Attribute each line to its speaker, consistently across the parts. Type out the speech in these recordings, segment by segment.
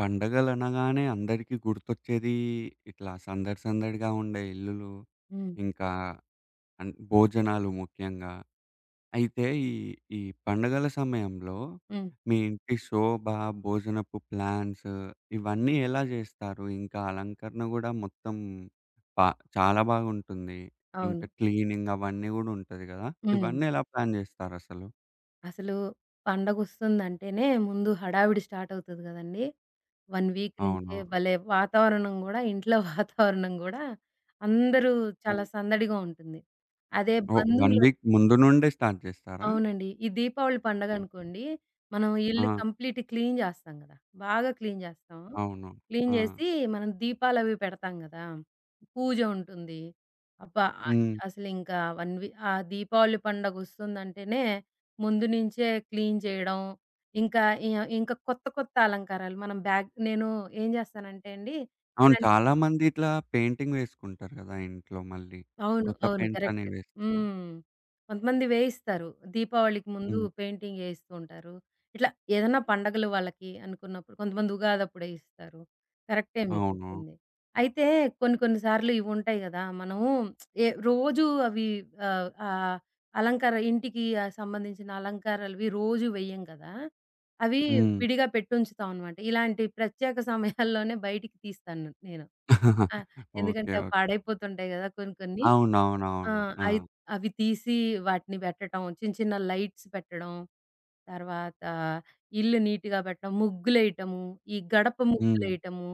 Speaker 1: పండగలనగానే అందరికీ గుర్తొచ్చేది ఇట్లా సందడి సందడిగా ఉండే ఇల్లులు,
Speaker 2: హ్మ్.
Speaker 1: ఇంకా భోజనాలు ముఖ్యంగా. అయితే ఈ ఈ పండగల సమయంలో
Speaker 2: హ్మ్.
Speaker 1: మీ ఇంటి శోభ, భోజనపు ప్లాన్స్ ఇవన్నీ ఎలా జేస్తారు? ఇంకా అలంకరణ గూడా మొత్తం పా చాలా బాగుంటుంది.
Speaker 2: అవును.
Speaker 1: ఇంకా క్లీనింగ్ అవన్నీ గూడా ఉంటది గదా!
Speaker 2: హ్మ్.
Speaker 1: ఇవన్నీ ఎలా ప్లాన్ జేస్తారసలు?
Speaker 2: అసలు పండగొస్తుందంటేనే ముందు హడావిడి స్టార్ట్ అవుతది గదండీ! 1 వీక్
Speaker 1: అవునా?
Speaker 2: నుంచే భలే వాతావరణం గూడా ఇంట్లో వాతావరణం గూడా అందరూ
Speaker 1: హ్మ్.
Speaker 2: చాలా సందడిగా ఉంటుంది. అదే
Speaker 1: ఓహ్! 1
Speaker 2: బంధువులు.
Speaker 1: వీక్ ముందు నుండే స్టార్ట్ జేస్తారా?
Speaker 2: అవునండి. ఈ దీపావళి
Speaker 1: హ్మ్.
Speaker 2: పండగనుకోండి, మనం
Speaker 1: ఆ!
Speaker 2: ఇల్లు కంప్లీట్ క్లీన్ జేస్తాం గదా! బాగా క్లీన్ జేస్తాం.
Speaker 1: అవును.
Speaker 2: క్లీన్
Speaker 1: ఆ!
Speaker 2: జేసి మనం దీపాలవి పెడతాం గదా! పూజ ఉంటుంది. అబ్బా!
Speaker 1: హ్మ్.
Speaker 2: అసలింకా 1 వీ ఆ దీపావళి పండగొస్తుందంటేనే ముందు నుంచే క్లీన్ చేయడం, ఇంకా ఇ ఇంకా కొత్త కొత్త అలంకారాలు మనం బ్యాగ్, నేను ఏం జేస్తానంటే అండి
Speaker 1: అవును.
Speaker 2: ఇలాంటి.
Speaker 1: చాలామంది ఇట్లా పెయింటింగ్ వేసుకుంటారు గదా! ఇంట్లో మళ్ళీ.
Speaker 2: అవును.
Speaker 1: కొత్త
Speaker 2: అవును.
Speaker 1: Paints
Speaker 2: correct.
Speaker 1: అనేవి వేస్తారు.
Speaker 2: హ్మ్. కొంతమంది వేయిస్తారు. దీపావళికి ముందు
Speaker 1: హ్మ్.
Speaker 2: పెయింటింగ్ ఏయిస్తూ ఉంటారు. ఇట్లా ఏదన్నా పండగలు వాళ్ళకి అనుకున్నప్పుడు కొంతమంది ఉగాదప్పుడే ఇస్తారు. కరెక్టే మీరు
Speaker 1: అవును.
Speaker 2: చెప్పింది. అయితే కొన్ని కొన్ని సార్లు ఇవుంటాయి గదా! మనము ఏ రోజు అవి ఆహ్, ఆహ్, అలంకార ఇంటికి సంబంధించిన అలంకారాలవి రోజు వెయ్యం కదా! అవి
Speaker 1: హ్మ్.
Speaker 2: విడిగా పెట్టుంచుతాం అనమాట. ఇలాంటి ప్రత్యేక సమయాల్లోనే బయటికి తీస్తాను నేను. ఆ!
Speaker 1: ఓకే.
Speaker 2: ఎందుకంటే అవి
Speaker 1: ఓకే.
Speaker 2: పాడైపోతుంటాయి గదా! కొన్ని కొన్ని. ఆ!
Speaker 1: అవునవునవును. ఆ!
Speaker 2: అయి అవి తీసి వాటిని పెట్టటం, చిన్న చిన్న లైట్స్ పెట్టడం, తర్వాత ఇల్లు నీట్‌గా పెట్టడం, ముగ్గులేయటము, ఈ గడప
Speaker 1: హ్మ్.
Speaker 2: ముగ్గులేయటము,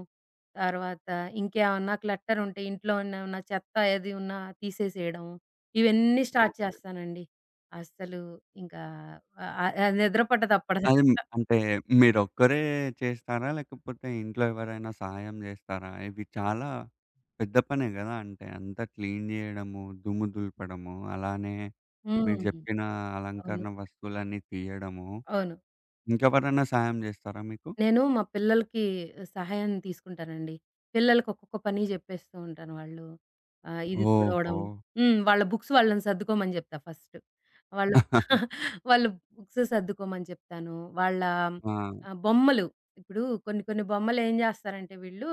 Speaker 2: తర్వాత ఇంకేమన్నా క్లట్టర్ ఉంటే ఇంట్లో ఏమన్నా చెత్త ఏది ఉన్నా తీసేసేయడం. ఇవన్నీ స్టార్ట్
Speaker 1: ఓకే.
Speaker 2: చేస్తానండి. అస్సలు ఇంకా ఆహ్, ఆహ్, నిద్ర పట్టదు
Speaker 1: అది
Speaker 2: అప్పటిదాకా.
Speaker 1: అంటే మీరొక్కరే చేస్తారా? లేకపోతే ఇంట్లో ఎవరైనా సహాయం జేస్తారా? ఇవి చాలా పెద్ద పనే గదా! అంటే అంతా క్లీన్ జేయడము, దుమ్ము దులపడము, అలానే మీరు
Speaker 2: హ్మ్.
Speaker 1: జెప్పిన
Speaker 2: అవును.
Speaker 1: అలంకరణ వస్తువులన్నీ తీయడము
Speaker 2: అవును.
Speaker 1: ఇంకెవరైనా సాయం జేస్తారా మీకు?
Speaker 2: నేను మా పిల్లలకి సహాయం తీసుకుంటానండి. పిల్లలకి ఒక్కొక్క పని జెప్పేస్తూ ఉంటాను. వాళ్ళు ఇది తుడవడం.
Speaker 1: ఓహో!
Speaker 2: హ్మ్. వాళ్ళ బుక్స్ వాళ్ళని సర్దుకోమని జెప్తా ఫస్ట్. వాళ్ళు వాళ్ళ బుక్స్ సర్దుకోమని చెప్తాను. వాళ్ళ
Speaker 1: ఆ!
Speaker 2: బొమ్మలు ఇప్పుడు కొన్ని కొన్ని బొమ్మలేం జేస్తారంటే వీళ్ళు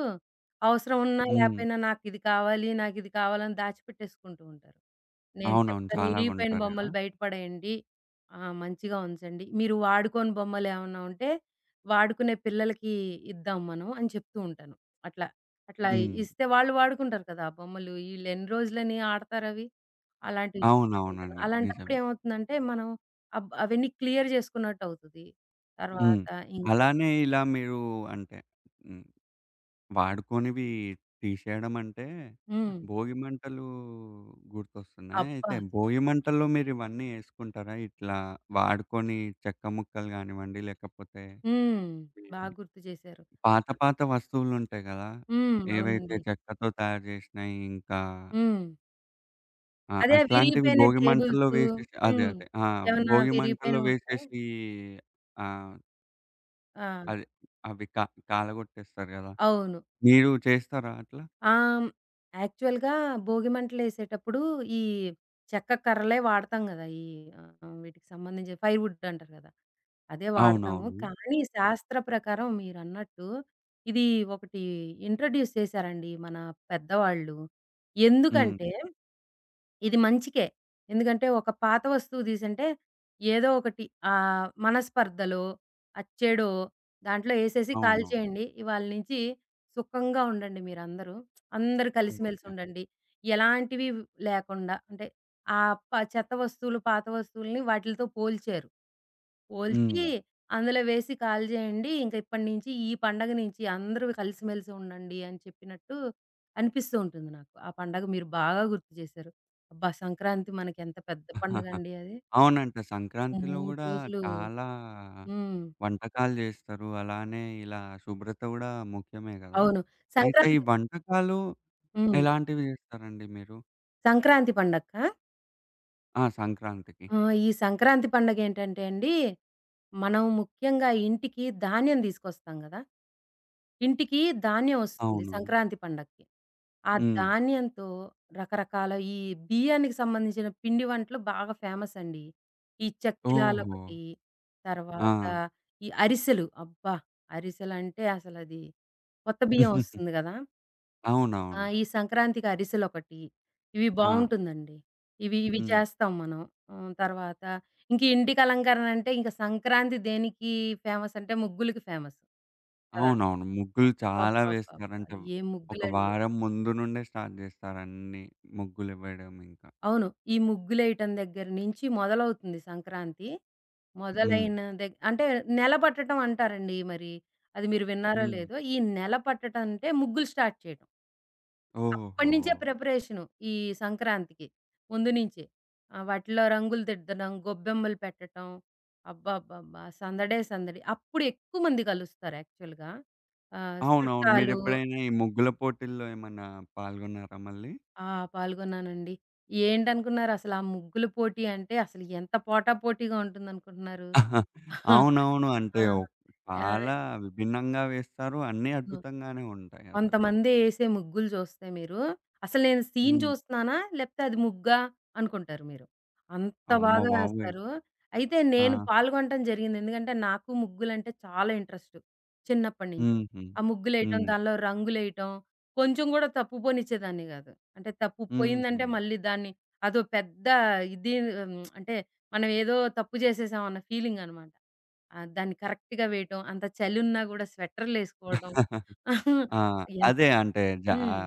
Speaker 2: అవసరం ఉన్నా
Speaker 1: హ్మ్.
Speaker 2: లేపోయినా నాకిది కావాలి, నాకిది కావాలని దాచిపెట్టేసుకుంటూ ఉంటారు. నేను
Speaker 1: అవునవును.
Speaker 2: చెప్తాను.
Speaker 1: చాలా
Speaker 2: ఇరిగిపోయిన
Speaker 1: కొంటారు గదా!
Speaker 2: బొమ్మలు బయటపడేయండి. మంచిగా ఉంచండి. మీరు వాడుకోని బొమ్మలేమన్నా ఉంటే, వాడుకునే పిల్లలకి ఇద్దాం మనం అని చెప్తూ ఉంటాను. అట్లా. అట్లా
Speaker 1: హ్మ్.
Speaker 2: ఇస్తే వాళ్ళు వాడుకుంటారు కదా! ఆ బొమ్మలు. ఈళ్ళెన్ని రోజులని ఆడతారవి. అలాంటివి చెప్తూ ఉంటాను.
Speaker 1: అవునవునండి.
Speaker 2: అలాంటప్పుడు
Speaker 1: నిజమే.
Speaker 2: ఏమవుతుందంటే, మనం అవన్నీ క్లియర్ చేసుకున్నట్టవుతది.
Speaker 1: హ్మ్.
Speaker 2: తర్వాత ఇంక.
Speaker 1: అలానే ఇలా మీరు అంటే హ్మ్. వాడుకోనివి తీసేయడం అంటే
Speaker 2: హ్మ్.
Speaker 1: భోగి మంటలు గుర్తొస్తున్నాయి.
Speaker 2: అబ్బా!
Speaker 1: అయితే భోగి మంటల్లో మీరివన్నీ యేసుకుంటారా? ఇట్లా వాడుకొని చెక్క ముక్కలు గానివ్వండి, లేకపోతే
Speaker 2: హ్మ్. బా
Speaker 1: హ్మ్.
Speaker 2: గుర్తు చేశారు.
Speaker 1: పాత పాత వస్తువులుంటాయి గదా!
Speaker 2: హ్మ్.
Speaker 1: ఏవైతే
Speaker 2: అవునండి.
Speaker 1: చెక్కతో తయారు జేసినయి ఇంకా
Speaker 2: హ్మ్.
Speaker 1: ఆ!
Speaker 2: అదే
Speaker 1: అట్లాంటివి
Speaker 2: విరిగిపోయిన
Speaker 1: భోగి మంటల్లో
Speaker 2: టేబుల్సు.
Speaker 1: వేసేసి అదే.
Speaker 2: హ్మ్.
Speaker 1: అదే. ఆ!
Speaker 2: ఏమన్నా
Speaker 1: భోగి మంటల్లో
Speaker 2: విరిగిపోయినవుంటే.
Speaker 1: వేసేసి ఆహ్,
Speaker 2: ఆ!
Speaker 1: అదే అవి కా కాలగొట్టేస్తారు గదా!
Speaker 2: అవును.
Speaker 1: మీరు చేస్తారా అట్లా?
Speaker 2: ఆహ్, యాక్చువల్‌గా భోగిమంటలేసేటప్పుడు ఈ చెక్క కర్రలే వాడతాం గదా! ఈ వీటికి సంబంధించి ఫైర్‌వుడ్ అంటారు గదా! అదే వాడతాము.
Speaker 1: అవునవును.
Speaker 2: కానీ శాస్త్ర ప్రకారం మీరన్నట్టు ఇది ఒకటి ఇంట్రొడ్యూస్ చేశారండి మన పెద్దవాళ్ళు.
Speaker 1: హ్మ్.
Speaker 2: ఎందుకంటే ఇది మంచికే. ఎందుకంటే, ఒక పాత వస్తువు దీసుంటే, ఏదో ఒకటి మనస్పర్ధలో, అచ్చేడో దాంట్లో యేసేసి
Speaker 1: అవును.
Speaker 2: కాల్చేయండి. ఇవాళ నుంచి సుఖంగా ఉండండి మీరందరూ. అందరూ కలిసిమెలిసి
Speaker 1: ఓకే.
Speaker 2: ఉండండి. ఎలాంటివి లేకుండా అంటే, ఆ ప చెత్త వస్తువులు, పాత వస్తువులని వాటిలతో పోల్చారు. ఒలిచి
Speaker 1: హ్మ్.
Speaker 2: అందులో వేసి కాల్చేయండి. ఇంక ఇప్పటి నుంచి ఈ పండగ నుంచి అందరూ కలిసిమెలిసి ఉండండి అని చెప్పినట్టు అనిపిస్తూ ఉంటుంది నాకు. ఆ పండగ మీరు బాగా గుర్తు చేశారు. అబ్బా! సంక్రాంతి మనకెంత పెద్ద పండగండి అది.
Speaker 1: అవునంట.
Speaker 2: 3
Speaker 1: సంక్రాంతిలో గూడా
Speaker 2: రోజులు.
Speaker 1: చాలా
Speaker 2: హ్మ్.
Speaker 1: వంటకాలు జేస్తారు. అలానే ఇలా శుభ్రత గూడా ముఖ్యమే గదా!
Speaker 2: అవును.
Speaker 1: అయితే ఈ
Speaker 2: సంక్రాంతి.
Speaker 1: వంటకాలు
Speaker 2: హ్మ్.
Speaker 1: ఎలాంటివి జేస్తారండి మీరు?
Speaker 2: సంక్రాంతి పండక్కా?
Speaker 1: ఆ! సంక్రాంతికి.
Speaker 2: ఆ! ఈ సంక్రాంతి పండగేంటంటే అండి, మనం ముఖ్యంగా ఇంటికి ధాన్యం తీసుకొస్తాం గదా! ఇంటికి ధాన్యం ఒస్తుంది
Speaker 1: అవును.
Speaker 2: సంక్రాంతి పండక్కి. ఆ
Speaker 1: హ్మ్.
Speaker 2: ధాన్యంతో రకరకాల ఈ బియ్యానికి సంబంధించిన పిండి వంటలు బాగా ఫేమసండి. ఈ
Speaker 1: ఓహో!
Speaker 2: చక్కిలాలొకటి,
Speaker 1: ఆ!
Speaker 2: తర్వాత ఈ అరిసెలు. అబ్బా! అరిసెలంటే అసలది కొత్త బియ్యం ఒస్తుంది గదా! ఆ!
Speaker 1: అవునవును.
Speaker 2: ఈ సంక్రాంతికి అరిసెలొకటి. ఇవి
Speaker 1: ఆ!
Speaker 2: బావుంటుందండి. ఇవి ఇవి
Speaker 1: హ్మ్.
Speaker 2: చేస్తాం మనం. హ్మ్. తర్వాత ఇంక ఇంటికి అలంకరణ అంటే ఇంక సంక్రాంతి దేనికి ఫేమసంటే ముగ్గులకి ఫేమస్. కదా!
Speaker 1: అవునవును. ముగ్గులు చాలా
Speaker 2: అబ్బబ్బబ్బబ్బా!
Speaker 1: వేస్తారంటే,
Speaker 2: ఏం
Speaker 1: ఒక
Speaker 2: ముగ్గులండి.
Speaker 1: వారం ముందు నుండే స్టార్ట్ జేస్తారన్నీ ముగ్గులెవ్వడం ఇంకా.
Speaker 2: అవును. ఈ ముగ్గులేయటం దగ్గర నుంచి మొదలవుతుంది సంక్రాంతి.
Speaker 1: హ్మ్.
Speaker 2: మొదలైన దగ్ అంటే నెల పట్టటం అంటారండి మరి. అది మీరు విన్నారో
Speaker 1: హ్మ్.
Speaker 2: లేదో. ఈ నెల పట్టటం అంటే ముగ్గులు స్టార్ట్ చేయటం.
Speaker 1: ఓహో!
Speaker 2: అప్పటినుంచే ప్రిపరేషను ఈ సంక్రాంతికి. ముందు నుంచే. వాటిలో రంగులు దిద్దడం, గొబ్బెమ్మలు పెట్టటం. అబ్బబ్బబ్బా! సందడే సందడి. అప్పుడు ఎక్కువ మంది కలుస్తారు యాక్చువల్‌గా.
Speaker 1: అవునవును.
Speaker 2: చుట్టాలు.
Speaker 1: మీరెప్పుడైనా ఈ ముగ్గుల పోటీల్లో ఏమన్నా పాల్గొన్నారా మళ్ళీ?
Speaker 2: ఆ! పాల్గొన్నానండి. ఏంటనుకున్నారు అసలు ఆ ముగ్గుల పోటీ అంటే అసలు ఎంత పోటాపోటీగా ఉంటుందనుకుంటున్నారు?
Speaker 1: అవునవును.
Speaker 2: ఆ!
Speaker 1: అంటే
Speaker 2: యాహ్!
Speaker 1: చాలా విభిన్నంగా వేస్తారు. అన్నీ
Speaker 2: అవును.
Speaker 1: అద్భుతంగానే ఉంటాయి అసలు.
Speaker 2: కొంతమంది ఏసే ముగ్గులు చూస్తే మీరు, అసలు నేను సీన్
Speaker 1: హ్మ్.
Speaker 2: చూస్తున్నానా? లేపోతే అది ముగ్గా అనుకుంటారు మీరు. అంత
Speaker 1: అమ్మ
Speaker 2: బాగా
Speaker 1: బాబోయ్!
Speaker 2: వేస్తారు. అయితే
Speaker 1: ఆ!
Speaker 2: నేను పాల్గొనటం జరిగింది. ఎందుకంటే, నాకు ముగ్గులంటే చాలా ఇంట్రెస్ట్ చిన్నప్పటి నుంచి.
Speaker 1: హుహు.
Speaker 2: ఆ ముగ్గులేయటం,
Speaker 1: హ్మ్.
Speaker 2: దానిలో రంగులేయటం కొంచెం గూడా తప్పుపోనిచ్చేదాన్ని గాదు. అంటే
Speaker 1: హుహు.
Speaker 2: తప్పుపోయిందంటే మళ్ళీ దాన్ని అదో పెద్ద ఇది. హ్మ్. అంటే మనం ఏదో తప్పు చేసేసాం అన్న ఫీలింగ్ అనమాట. ఆ! దాన్ని కరెక్ట్‌గా వేయటం, అంత చలున్నా గూడా స్వెటర్‌లేసుకోవడం.
Speaker 1: ఆ!
Speaker 2: ఎంత.
Speaker 1: అదే అంటే
Speaker 2: హ్మ్.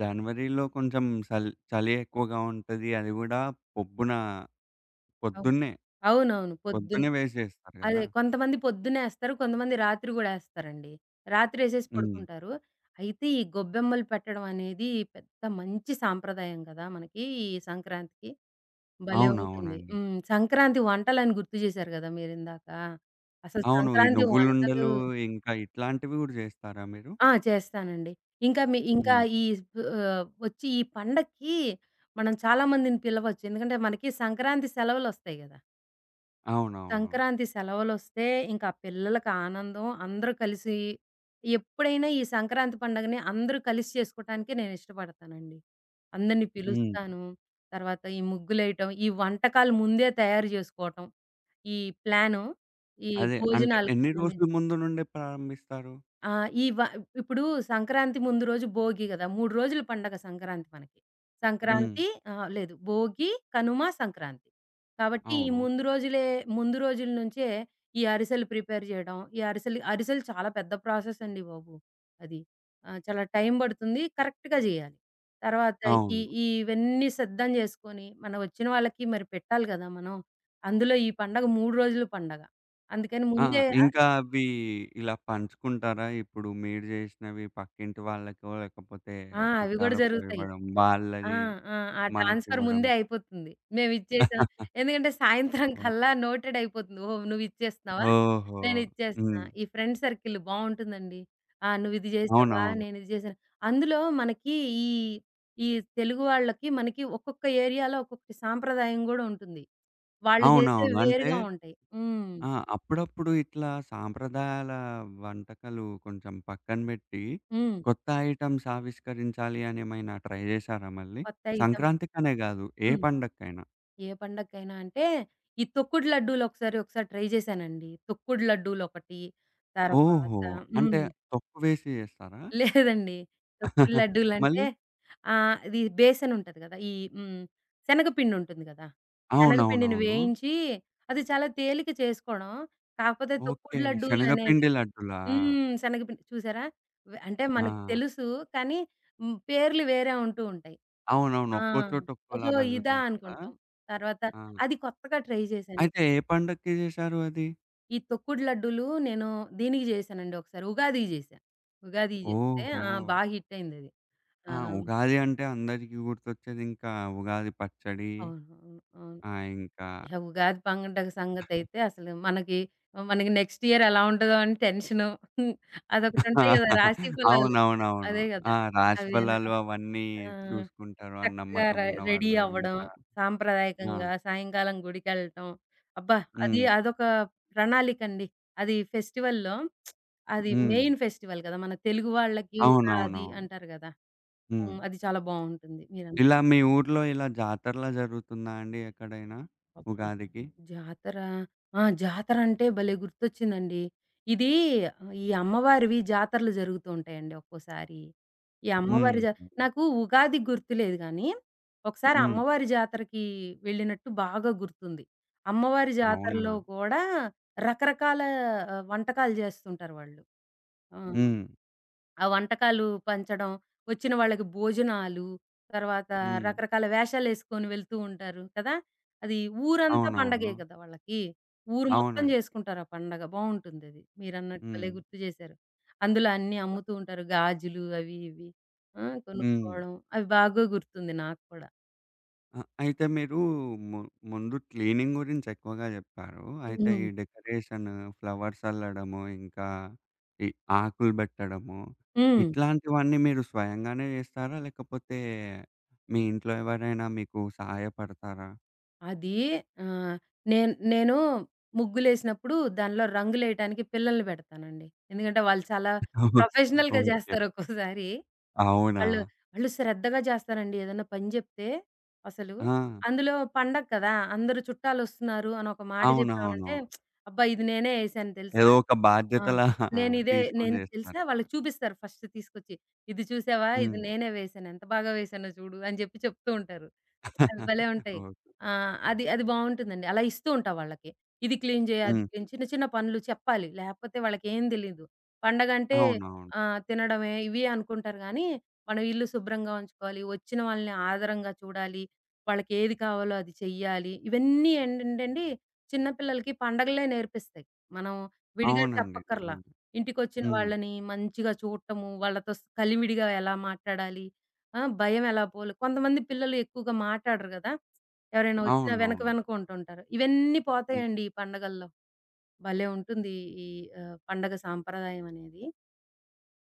Speaker 1: జనవరిలో కొంచెం చలి ఎక్కువగా ఉంటది. అది గూడా పొబ్బున
Speaker 2: అవు
Speaker 1: పొద్దున్నే,
Speaker 2: అవునవును. పొద్దున్న
Speaker 1: పొద్దున్నే వేసేస్తారు
Speaker 2: అదే
Speaker 1: గదా!
Speaker 2: కొంతమంది పొద్దునేస్తారు. కొంతమంది రాత్రి గూడా ఏస్తారండి. రాత్రేసేసి
Speaker 1: హ్మ్.
Speaker 2: పడుకుంటారు. అయితే ఈ గొబ్బెమ్మలు పెట్టడం అనేది పెద్ద మంచి సాంప్రదాయం గదా! మనకి ఈ సంక్రాంతికి. భలే ఉంటుంది.
Speaker 1: అవునవునండి.
Speaker 2: హ్మ్. సంక్రాంతి వంటలని గుర్తు చేశారు గదా! మీరిందాక. అసలు
Speaker 1: అవును. ఈ
Speaker 2: సంక్రాంతి వంటలు.
Speaker 1: నువ్వులుండలు ఇంకా ఇట్లాంటివి గూడా జేస్తారా మీరు?
Speaker 2: ఆ! చేస్తానండి. ఇంకా మీ ఇంకా
Speaker 1: హ్మ్.
Speaker 2: ఈ వచ్చి ఈ పండక్కి మనం చాలా మందిని పిలవచ్చు. ఎందుకంటే మనకి సంక్రాంతి సెలవులొస్తాయి గదా!
Speaker 1: అవునవును.
Speaker 2: సంక్రాంతి సెలవులొస్తే ఇంకా పిల్లలకి ఆనందం. అందరూ కలిసి ఎప్పుడైనా ఈ సంక్రాంతి పండగని అందరూ కలిసి చేసుకోటానికే నేనిష్టపడతానండి. అందరిని
Speaker 1: హ్మ్.
Speaker 2: పిలుస్తాను. తర్వాత ఈ ముగ్గులేయటం, ఈ వంటకాలు ముందే తయారు జేసుకోవటం. ఈ ప్లాను, ఈ
Speaker 1: అదే. అంటే
Speaker 2: భోజనాలకు
Speaker 1: ఎన్ని రోజుల
Speaker 2: సంబంధించి.
Speaker 1: ముందు నుండే ప్రారంభిస్తారు?
Speaker 2: ఆ! ఈ వ ఇప్పుడు సంక్రాంతి ముందు రోజు భోగి గదా! 3 రోజులు పండగ సంక్రాంతి మనకి. హ్మ్.
Speaker 1: హ్మ్.
Speaker 2: సంక్రాంతి లేదు భోగి, కనుమ, సంక్రాంతి. కాబట్టి ఈ
Speaker 1: అవును.
Speaker 2: ముందు రోజులే ముందు రోజుల నుంచే ఈ అరిసెలు ప్రిపేర్ జేయడం. ఈ అరిసెలు అరిసెలు చాలా పెద్ద ప్రాసెస్ అండి బాబు అది. చాలా టైం బడుతుంది. కరెక్ట్‌గా జేయాలి. తర్వాత ఈ
Speaker 1: అవును.
Speaker 2: ఈ ఇవన్నీ సిద్ధం జేసుకొని మన వచ్చిన వాళ్ళకి మరి పెట్టాలి గదా! మనం. అందులో ఈ పండగ 3 రోజులు పండగ. అందుకని
Speaker 1: ఆ!
Speaker 2: ముందే.
Speaker 1: ఇంకా అవి ఇలా పంచుకుంటారా? ఇప్పుడు మీరు జేసినవి పక్కింటి వాళ్ళకో, లేకపోతే
Speaker 2: ఆ! అవి గూడా
Speaker 1: చుట్టాలకో
Speaker 2: జరుగుతాయి.
Speaker 1: ఇవ్వడం,
Speaker 2: ఆ!
Speaker 1: వాళ్ళది
Speaker 2: ఆ! ఆ ట్రాన్స్‌ఫర్
Speaker 1: మనకివ్వడం.
Speaker 2: ముందే అయిపోతుంది. మేమిచ్చేసాం. ఎందుకంటే సాయంత్రం కల్లా
Speaker 1: ఓహ్!
Speaker 2: నోటెడ్ అయిపోతుంది. ఓహో! నువ్విచ్చేస్తున్నావా?
Speaker 1: ఓహో!
Speaker 2: నేనిచ్చేస్తున్నా.
Speaker 1: హ్మ్.
Speaker 2: ఈ ఫ్రెండ్ సర్కిల్ బావుంటుందండి. ఆ! నువ్విది జేసావా?
Speaker 1: అవునవును.
Speaker 2: నేనిది జేశాను. అందులో మనకి ఈ, ఈ తెలుగు వాళ్ళకి మనకి ఒక్కొక్క ఏరియాలో ఒక్కొక్కటి సాంప్రదాయం గూడా ఉంటుంది. వాళ్ళు జేసేవి
Speaker 1: అవునవును. అంటే
Speaker 2: వేరుగా ఉంటాయి. హ్మ్.
Speaker 1: ఆ! అప్పుడప్పుడు ఇట్లా సాంప్రదాయాల వంటకాలు కొంచెం పక్కన బెట్టి,
Speaker 2: హ్మ్.
Speaker 1: కొత్త ఐటెమ్స్ ఆవిష్కరించాలి అని ఏమైనా ట్రై జేశారా మళ్ళీ?
Speaker 2: కొత్తయి సం
Speaker 1: సంక్రాంతికనే గాదు, ఏ
Speaker 2: హ్మ్.
Speaker 1: పండక్కైనా?
Speaker 2: ఏ పండగకైనా అంటే, ఈ తొక్కుడు లడ్డూలు ఒకసారి ఒకసారి ట్రై చేశానండి. తొక్కుడు లడ్డూలొకటి,
Speaker 1: ఓహో!
Speaker 2: తర్వాత.
Speaker 1: అంటే
Speaker 2: హ్మ్.
Speaker 1: తొక్కు వేసి జేస్తారా?
Speaker 2: లేదండి. తొక్కుడు లడ్డూలంటే
Speaker 1: మళ్ళీ
Speaker 2: ఇది బేసనుంటది కదా! ఈ హ్మ్. శనగపిండుంటుంది కదా! శనగపిండిని
Speaker 1: అవునవునవును.
Speaker 2: వేయించి, అది చాలా తేలిక చేసుకోవడం. కాకపోతే
Speaker 1: ఓకే.
Speaker 2: తొక్కుడు లడ్డూలనేవి.
Speaker 1: శనగపిండి లడ్డులా?
Speaker 2: హ్మ్. శనగపిండి చూసారా? అంటే మనకి
Speaker 1: ఆ!
Speaker 2: తెలుసు. కానీ హ్మ్. పేర్లు వేరే ఉంటూ ఉంటాయి.
Speaker 1: అవునవును.
Speaker 2: ఆ!
Speaker 1: ఒక్కో చోట ఒక్కోలా
Speaker 2: ఓహో! ఇదా
Speaker 1: బలుగుతారు కదా!
Speaker 2: అనుకుంటాం. తర్వాత
Speaker 1: ఆ!
Speaker 2: అది కొత్తగా ట్రై చేశాను.
Speaker 1: అయితే ఏ పండక్కి జేశారు అది?
Speaker 2: ఈ తొక్కుడు లడ్డూలు నేను దీనికి చేశానండి ఒకసారి. ఉగాదికి చేశా. ఉగాదికి చేస్తే
Speaker 1: ఓహో!
Speaker 2: ఆ! బా హిట్ అయిందది. ఆ!
Speaker 1: ఆ!
Speaker 2: అవును.
Speaker 1: ఉగాది అంటే అందరికీ గుర్తొచ్చేది ఇంకా ఉగాది పచ్చడి.
Speaker 2: అవును. అవును.
Speaker 1: ఆ! ఇంకా
Speaker 2: ఇహ ఉగాది పండగ సంగతైతే అసలు మనకి మనకి నెక్స్ట్ ఇయర్ ఎలా ఉంటదో అని టెన్షను. హ్మ్. అదొకటి ఉంటాయి గదా! రాశి ఫలాలు.
Speaker 1: అవునవునవును.
Speaker 2: అదే
Speaker 1: ఆ!
Speaker 2: గదా!
Speaker 1: రాశి
Speaker 2: అవి
Speaker 1: ఫలాలు
Speaker 2: వినడం.
Speaker 1: అవన్నీ
Speaker 2: ఆ!
Speaker 1: చూసుకుంటారు అని
Speaker 2: చక్కగా
Speaker 1: నమ్మకం
Speaker 2: రెడీ
Speaker 1: ఉన్నవాళ్ళు
Speaker 2: అవ్వడం,
Speaker 1: ఇంకా
Speaker 2: సాంప్రదాయకంగా
Speaker 1: ఆ!
Speaker 2: సాయంకాలం గుడికెళ్ళటం. అబ్బా! అది
Speaker 1: హ్మ్.
Speaker 2: అదొక ప్రణాళికండి. అది ఫెస్టివల్‌లో అది
Speaker 1: హ్మ్.
Speaker 2: మెయిన్ ఫెస్టివల్ గదా! మన తెలుగు వాళ్ళకి ఉగాది
Speaker 1: అవునవునవును.
Speaker 2: అంటారు గదా!
Speaker 1: హ్మ్.
Speaker 2: హ్మ్. అది చాలా బావుంటుంది. మీరన్నది.
Speaker 1: ఇలా మీ ఊర్లో ఇలా జాతరలా జరుగుతుందా అండి ఎక్కడైనా
Speaker 2: అబ్బా!
Speaker 1: ఉగాదికి?
Speaker 2: జాతర. ఆ! జాతరంటే భలే గుర్తొచ్చిందండి. ఇది ఈ అమ్మవారివి జాతరలు జరుగుతూ ఉంటాయండి ఒక్కోసారి. ఈ హ్మ్.
Speaker 1: హ్మ్.
Speaker 2: అమ్మవారి జ నాకు ఉగాది గుర్తులేదు గానీ, ఒకసారి
Speaker 1: హ్మ్.
Speaker 2: అమ్మవారి జాతరకి వెళ్ళినట్టు బాగా గుర్తుంది. అమ్మవారి జాతరలో
Speaker 1: అవునా?
Speaker 2: గూడా రకరకాల వంటకాలు జేస్తుంటారు వాళ్ళు. ఆ!
Speaker 1: హ్మ్.
Speaker 2: ఆ వంటకాలు పంచడం, వచ్చిన వాళ్ళకి భోజనాలు, తర్వాత
Speaker 1: హ్మ్.
Speaker 2: రకరకాల వేషాలేసుకొని వెళ్తూ ఉంటారు కదా! అది ఊరంతా పండగే
Speaker 1: అవునవును.
Speaker 2: కదా వాళ్ళకి. ఊరు మొత్తం
Speaker 1: అవునండి.
Speaker 2: చేసుకుంటారు ఆ పండగ. బావుంటుందది. మీరన్నట్టు భలే
Speaker 1: హ్మ్.
Speaker 2: గుర్తు జేశారు. అందులో అన్నీ అమ్ముతూ ఉంటారు. గాజులు అవి ఇవి. ఆ!
Speaker 1: హ్మ్.
Speaker 2: కొనుక్కోవడం. అవి బాగా గుర్తుంది నాకు కూడా.
Speaker 1: ఆ! అయితే మీరు ము ముందు క్లీనింగ్ గురించి ఎక్కువగా జెప్పారు. అయితే ఈ
Speaker 2: హ్మ్.
Speaker 1: డెకరేషన్, ఫ్లవర్స్ అల్లడము, ఇంకా ఈ ఆకులు బెట్టడము,
Speaker 2: హ్మ్.
Speaker 1: ఇట్లాంటివన్నీ మీరు స్వయంగానే జేస్తారా? లేకపోతే మీ ఇంట్లో ఎవరైనా మీకు సహాయపడతారా?
Speaker 2: అది ఆహ్, నేను నేను ముగ్గులేసినప్పుడు దానిలో రంగులేయటానికి పిల్లల్ని పెడతానండి. ఎందుకంటే, వాళ్ళు చాలా ప్రొఫెషనల్‌గా
Speaker 1: ఓకే.
Speaker 2: చేస్తారు ఒక్కోసారి.
Speaker 1: అవునా?
Speaker 2: వాళ్ళు, వాళ్ళు శ్రద్ధగా జేస్తారండి. ఏదన్నా పని జెప్తే అసలు,
Speaker 1: ఆ!
Speaker 2: అందులో పండగ కదా! అందరూ చుట్టాలొస్తున్నారు అని ఒక మాట
Speaker 1: అవునవును.
Speaker 2: జెప్పామంటే, అబ్బా! ఇది నేనే యేసాను తెలుసా?
Speaker 1: ఏదో ఒక
Speaker 2: ఆ!
Speaker 1: బాధ్యతలా
Speaker 2: నేనిదే
Speaker 1: తీసుకొని
Speaker 2: నేను తెలుసా
Speaker 1: జేస్తారింక.
Speaker 2: వాళ్ళకి చూపిస్తారు ఫస్ట్ తీసుకొచ్చి. ఇది చూసావా? ఇది
Speaker 1: హ్మ్.
Speaker 2: నేనే వేశాను. ఎంత బాగా వేశానో చూడు అని జెప్పి చెప్తూ ఉంటారు. అవి భలే ఉంటాయి.
Speaker 1: ఓకే.
Speaker 2: ఆ! అది, అది బావుంటుందండి. అలా ఇస్తూ ఉంటా వాళ్ళకి. ఇది క్లీన్ జేయి, అది
Speaker 1: హ్మ్.
Speaker 2: క్లీన్ చిన్న చిన్న పనులు చెప్పాలి. లేకపోతే వాళ్ళకేం తెలీదు. పండగంటే
Speaker 1: అవునవును.
Speaker 2: తినడమే ఇవి అనుకుంటారు గానీ మనం ఇల్లు శుభ్రంగా ఉంచుకోవాలి. వచ్చిన వాళ్ళని ఆదరంగా చూడాలి. వాళ్ళకి ఏది కావాలో అది చెయ్యాలి. ఇవన్నీ ఏంటంటేండి చిన్న పిల్లలకి పండగలే నేర్పిస్తాయి. మనం విడిగా
Speaker 1: అవునండి.
Speaker 2: చెప్పక్కర్లా.
Speaker 1: నిజమే.
Speaker 2: ఇంటికొచ్చిన
Speaker 1: హ్మ్.
Speaker 2: వాళ్ళని మంచిగా చూడటము, వాళ్ళతో కలివిడిగా ఎలా మాట్లాడాలి, ఆ! భయం ఎలా పోలు కొంతమంది పిల్లలు ఎక్కువగా మాట్లాడరు గదా! ఎవరైనా వచ్చినా వెనక
Speaker 1: అవునవును.
Speaker 2: వెనక ఉంటుంటారు. ఇవన్నీ
Speaker 1: హ్మ్.
Speaker 2: పోతాయండి ఈ పండగల్లో. భలే ఉంటుంది ఈ పండగ సాంప్రదాయం అనేది.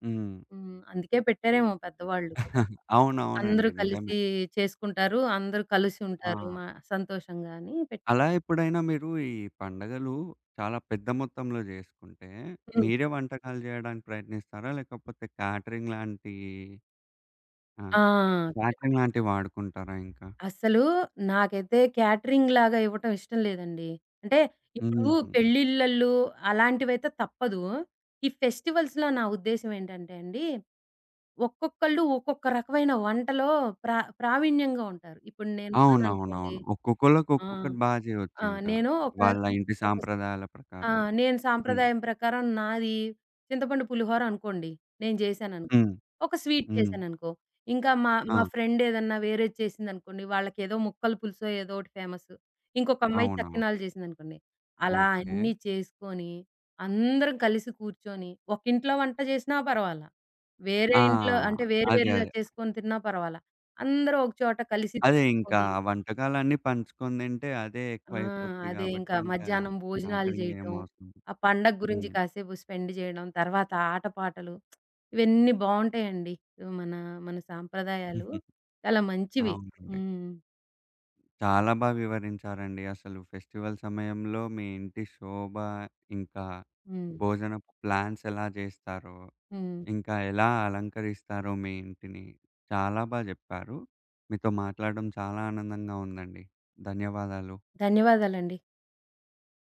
Speaker 1: హ్మ్.
Speaker 2: హ్మ్. అందుకే పెట్టారేమో పెద్దవాళ్ళు కదా!
Speaker 1: అవునవునండి.
Speaker 2: అందరూ
Speaker 1: నిజమే.
Speaker 2: కలిసి చేసుకుంటారు. అందరూ కలిసి
Speaker 1: ఆ!
Speaker 2: ఉంటారు. మా సంతోషంగా అని
Speaker 1: అలా ఎప్పుడైనా మీరు ఈ పండగలు చాలా పెద్ద మొత్తంలో జేసుకుంటే,
Speaker 2: హ్మ్.
Speaker 1: మీరే వంటకాలు జేయడానికి ప్రయత్నిస్తారా? లేకపోతే క్యాటరింగ్ లాంటి ఆ!
Speaker 2: ఆ! కరెక్ట్.
Speaker 1: క్యాటరింగ్ లాంటివి వాడుకుంటారా ఇంకా?
Speaker 2: అస్సలు నాకైతే క్యాటరింగ్‌లాగా ఇవ్వటం ఇష్టం లేదండి. అంటే ఇప్పుడు
Speaker 1: హుహు.
Speaker 2: పెళ్ళిళ్ళల్లో అలాంటివైతే తప్పదు. ఈ ఫెస్టివల్స్‌లో నా ఉద్దేశ్యం ఏంటంటే అండి, ఒక్కొక్కళ్ళు ఒక్కొక్క రకమైన వంటలో ప్రావీణ్యంగా ఉంటారు. ఇప్పుడు నేనున్నాననుకోండి.
Speaker 1: అవునవునవును. ఒక్కొక్కళ్ళకి
Speaker 2: ఆ!
Speaker 1: ఒక్కొక్కటి బా
Speaker 2: ఆ!
Speaker 1: జేయొచ్చింకా.
Speaker 2: నేను ఒక
Speaker 1: వాళ్ళ ఇంటి
Speaker 2: ఒక
Speaker 1: సాంప్రదాయాల
Speaker 2: ఆ!
Speaker 1: ప్రకారం.
Speaker 2: నేను
Speaker 1: హ్మ్.
Speaker 2: సాంప్రదాయం ప్రకారం నాది చింతపండు పులిహోర అనుకోండి. నేను జేశాననుకో.
Speaker 1: హ్మ్.
Speaker 2: ఒక స్వీట్
Speaker 1: హ్మ్.
Speaker 2: చేశాననుకో. ఇంకా మా మా
Speaker 1: ఆ!
Speaker 2: ఫ్రెండ్ ఏదన్నా వేరేది చేసిందనుకోండి. వాళ్ళకేదో ముక్కల పులుసో ఏదో ఒకటి ఫేమస్. ఇంకొక అమ్మాయి
Speaker 1: అవునవును.
Speaker 2: చక్కినాలు చేసిందనుకోండి. అలా
Speaker 1: ఓకే.
Speaker 2: అన్నీ చేసుకొని, అందరం కలిసి కూర్చొని, ఒకింట్లో వంట చేసినా పర్వాలా, వేరే
Speaker 1: ఆ!
Speaker 2: ఇంట్లో అంటే వేరు
Speaker 1: అదే.
Speaker 2: వేరుగా
Speaker 1: అదే.
Speaker 2: చేసుకొని తిన్నా పర్వాలా, అందరూ ఒక చోట కలిసి
Speaker 1: అదే ఇంకా
Speaker 2: కూర్చొని.
Speaker 1: వంటకాలన్నీ పంచుకొని తింటే అదే
Speaker 2: ఆ!
Speaker 1: ఎక్కువైపోద్ది
Speaker 2: అదే
Speaker 1: గాబట్టి,
Speaker 2: ఇంకా
Speaker 1: ఇంకా
Speaker 2: మధ్యాహ్నం భోజనాలు
Speaker 1: క్యాటరింగ్ ఏం
Speaker 2: జేయటం,
Speaker 1: అవసరం
Speaker 2: ఆ పండగ గురించి
Speaker 1: హ్మ్.
Speaker 2: కాసేపు స్పెండ్ జేయడం, తర్వాత ఆటపాటలు ఇవన్నీ బావుంటాయండి. మన మన సాంప్రదాయాలు చాలా మంచివి.
Speaker 1: అవునండి.
Speaker 2: హ్మ్.
Speaker 1: చాలా బా వివరించారండి. అసలు ఫెస్టివల్ సమయంలో మీ ఇంటి శోభ, ఇంకా
Speaker 2: హ్మ్.
Speaker 1: భోజనపు ప్లాన్స్ ఎలా జేస్తారో,
Speaker 2: హ్మ్.
Speaker 1: ఇంకా ఎలా అలంకరిస్తారో మీ ఇంటిని, చాలా బా జెప్పారు. మీతో మాట్లాడడం చాలా ఆనందంగా ఉందండి. ధన్యవాదాలు.
Speaker 2: ధన్యవాదాలండి.